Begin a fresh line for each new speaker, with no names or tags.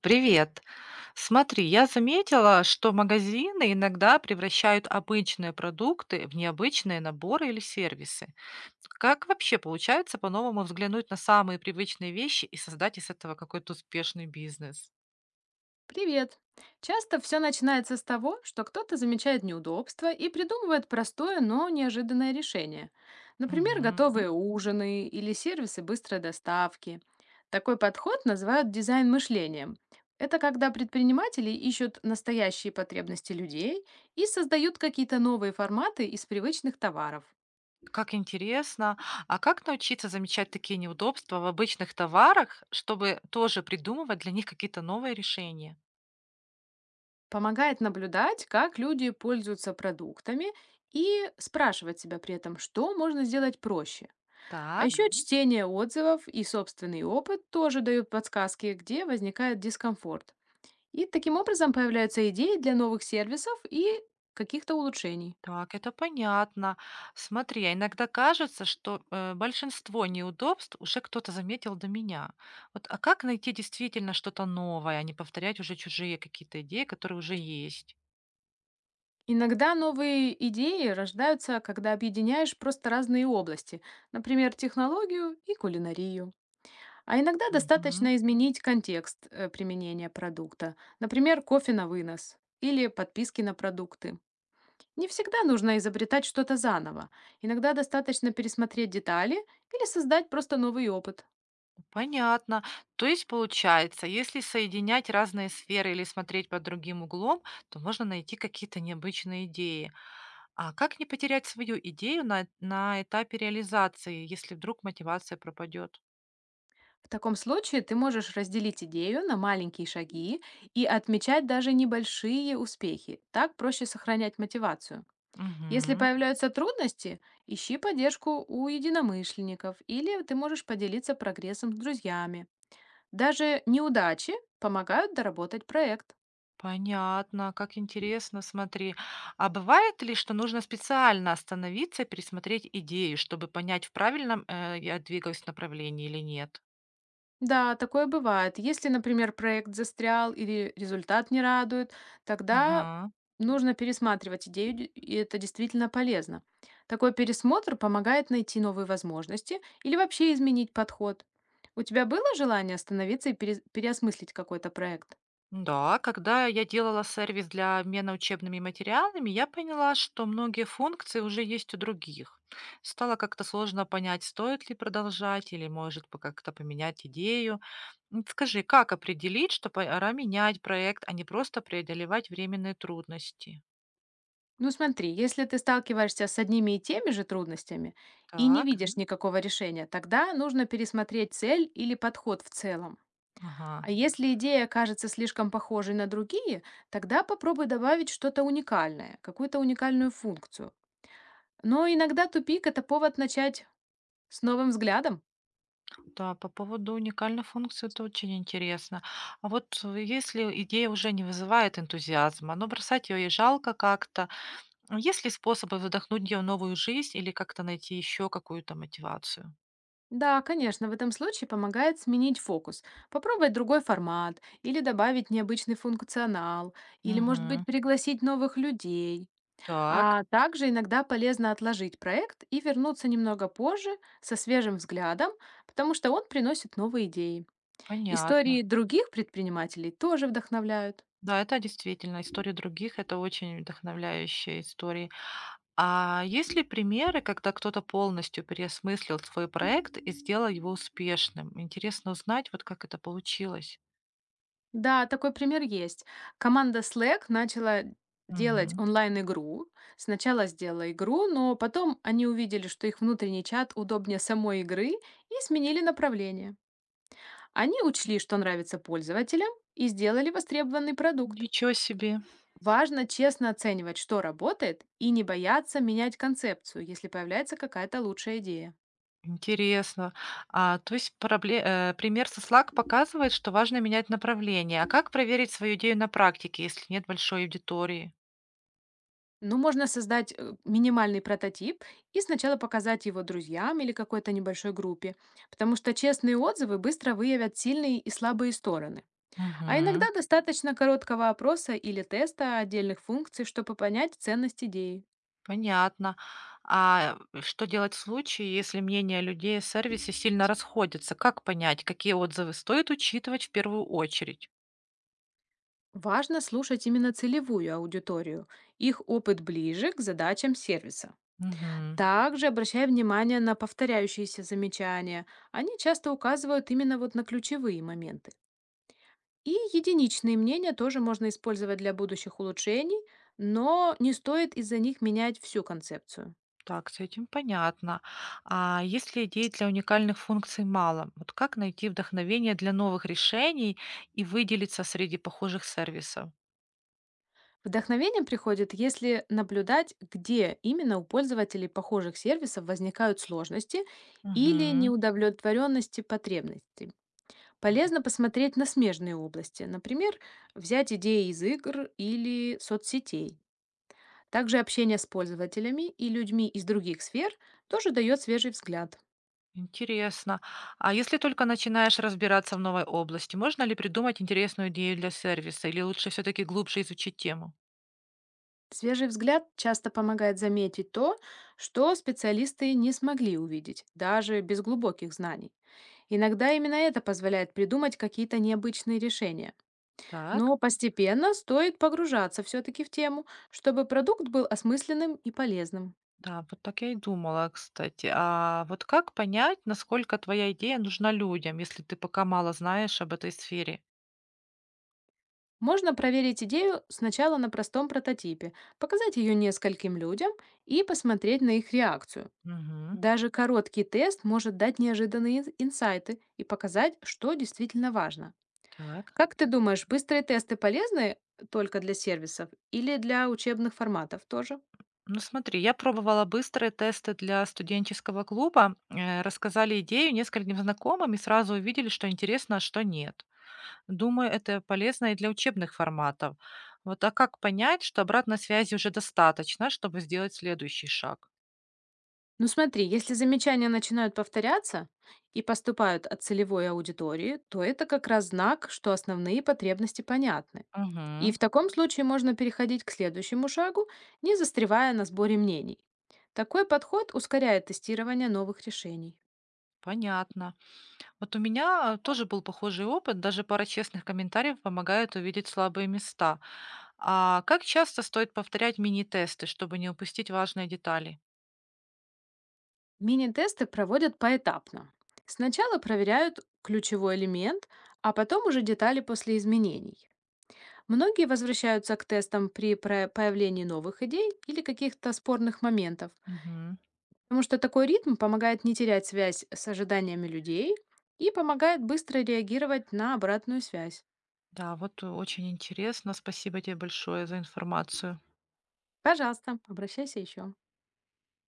Привет. Смотри, я заметила, что магазины иногда превращают обычные продукты в необычные наборы или сервисы. Как вообще получается по-новому взглянуть на самые привычные вещи и создать из этого какой-то успешный бизнес?
Привет! Часто все начинается с того, что кто-то замечает неудобство и придумывает простое, но неожиданное решение. Например,
Мгм.
готовые ужины или сервисы быстрой доставки. Такой подход называют дизайн мышлением. Это когда предприниматели ищут настоящие потребности людей и создают какие-то новые форматы из привычных товаров.
Как интересно. А как научиться замечать такие неудобства в обычных товарах, чтобы тоже придумывать для них какие-то новые решения?
Помогает наблюдать, как люди пользуются продуктами и спрашивать себя при этом, что можно сделать проще. А
Так.
еще Мгм. Чтение отзывов и собственный опыт тоже дают подсказки, где возникает дискомфорт. И таким образом появляются идеи для новых сервисов и каких-то улучшений.
Так, это понятно. Смотри, а иногда кажется, что большинство неудобств уже кто-то заметил до меня. Вот, а как найти действительно что-то новое, а не повторять уже чужие какие-то идеи, которые уже есть?
Иногда новые идеи рождаются, когда объединяешь просто разные области, например, технологию и кулинарию. А иногда
Мгм.
достаточно изменить контекст применения продукта, например, кофе на вынос или подписки на продукты. Не всегда нужно изобретать что-то заново. Иногда достаточно пересмотреть детали или создать просто новый опыт.
Понятно. То есть получается, если соединять разные сферы или смотреть под другим углом, то можно найти какие-то необычные идеи. А как не потерять свою идею на этапе реализации, если вдруг мотивация пропадет?
В таком случае ты можешь разделить идею на маленькие шаги и отмечать даже небольшие успехи. Так проще сохранять мотивацию. Если
Мгм.
появляются трудности, ищи поддержку у единомышленников или ты можешь поделиться прогрессом с друзьями. Даже неудачи помогают доработать проект.
Понятно, как интересно, смотри. А бывает ли, что нужно специально остановиться и пересмотреть идею, чтобы понять, в правильном, я двигаюсь направлении или нет?
Да, такое бывает. Если, например, проект застрял или результат не радует, тогда
Ага.
нужно пересматривать идею, и это действительно полезно. Такой пересмотр помогает найти новые возможности или вообще изменить подход. У тебя было желание остановиться и переосмыслить какой-то проект?
Да, когда я делала сервис для обмена учебными материалами, я поняла, что многие функции уже есть у других. Стало как-то сложно понять, стоит ли продолжать или, может, как-то поменять идею. Скажи, как определить, что пора менять проект, а не просто преодолевать временные трудности?
Ну смотри, если ты сталкиваешься с одними и теми же трудностями и не
Так.
видишь Мгм. Никакого решения, тогда нужно пересмотреть цель или подход в целом. А
Ага.
если идея кажется слишком похожей на другие, тогда попробуй добавить что-то уникальное, какую-то уникальную функцию. Но иногда тупик — это повод начать с новым взглядом.
Да, по поводу уникальной функции это очень интересно. А вот если идея уже не вызывает энтузиазма, но бросать ее и жалко как-то, а есть ли способы вдохнуть в нее новую жизнь или как-то найти еще какую-то мотивацию?
Да, конечно, в этом случае помогает сменить фокус, попробовать другой формат, или добавить необычный функционал, или, может быть,
Мгм.
пригласить новых людей.
Так.
А также иногда полезно отложить проект и вернуться немного позже со свежим взглядом, потому что он приносит новые идеи. Истории
Понятно.
других предпринимателей тоже вдохновляют.
Да, это действительно история других, это очень вдохновляющие истории. А есть ли примеры, когда кто-то полностью переосмыслил свой проект и сделал его успешным? Интересно узнать, вот как это получилось.
Да, такой пример есть. Команда Slack начала делать
Мгм.
онлайн-игру. Сначала сделала игру, но потом они увидели, что их внутренний чат удобнее самой игры, и сменили направление. Они учли, что нравится пользователям, и сделали востребованный продукт.
Ничего себе,
Важно честно оценивать, что работает, и не бояться менять концепцию, если появляется какая-то лучшая идея.
интересно. А, то есть пример со Slack показывает, что важно менять направление. А как проверить свою идею на практике, если нет большой аудитории?
Ну, можно создать минимальный прототип и сначала показать его друзьям или какой-то небольшой группе, потому что честные отзывы быстро выявят сильные и слабые стороны. А иногда
Мгм.
достаточно короткого опроса или теста отдельных функций, чтобы понять ценность идеи.
Понятно. А что делать в случае, если мнения людей о сервисе сильно расходятся? Как понять, какие отзывы стоит учитывать в первую очередь?
Важно слушать именно целевую аудиторию, их опыт ближе к задачам сервиса.
Мгм.
Также обращай внимание на повторяющиеся замечания. Они часто указывают именно вот на ключевые моменты. И единичные мнения тоже можно использовать для будущих улучшений, но не стоит из-за них менять всю концепцию.
Так, с этим понятно. А если идей для уникальных функций мало, вот как найти вдохновение для новых решений и выделиться среди похожих сервисов?
Вдохновение приходит, если наблюдать, где именно у пользователей похожих сервисов возникают сложности или
Мгм.
неудовлетворенности потребностей. Полезно посмотреть на смежные области, например, взять идеи из игр или соцсетей. Также общение с пользователями и людьми из других сфер тоже дает свежий взгляд.
Интересно. А если только начинаешь разбираться в новой области, можно ли придумать интересную идею для сервиса или лучше все-таки глубже изучить тему?
Свежий взгляд часто помогает заметить то, что специалисты не смогли увидеть, даже без глубоких знаний. Иногда именно это позволяет придумать какие-то необычные решения.
Так,
Но постепенно стоит погружаться все-таки в тему, чтобы продукт был осмысленным и полезным.
да, вот так я и думала, кстати. А вот как понять, насколько твоя идея нужна людям, если ты пока мало знаешь об этой сфере?
Можно проверить идею сначала на простом прототипе, показать ее нескольким людям и посмотреть на их реакцию.
Мгм.
Даже короткий тест может дать неожиданные инсайты и показать, что действительно важно.
Так.
Как ты думаешь, быстрые тесты полезны только для сервисов или для учебных форматов тоже?
Ну смотри, я пробовала быстрые тесты для студенческого клуба, рассказали идею нескольким знакомым и сразу увидели, что интересно, а что нет. Думаю, это полезно и для учебных форматов. Вот, а как понять, что обратной связи уже достаточно, чтобы сделать следующий шаг?
Ну смотри, если замечания начинают повторяться и поступают от целевой аудитории, то это как раз знак, что основные потребности понятны. И
Мгм.
в таком случае можно переходить к следующему шагу, не застревая на сборе мнений. Такой подход ускоряет тестирование новых решений.
Понятно. Вот у меня тоже был похожий опыт, даже пара честных комментариев помогает увидеть слабые места. А как часто стоит повторять мини-тесты, чтобы не упустить важные детали?
Мини-тесты проводят поэтапно. Сначала проверяют ключевой элемент, а потом уже детали после изменений. Многие возвращаются к тестам при появлении новых идей или каких-то спорных моментов,
Мгм.
потому что такой ритм помогает не терять связь с ожиданиями людей и помогает быстро реагировать на обратную связь.
Да, вот очень интересно. Спасибо тебе большое за информацию.
Пожалуйста, обращайся еще.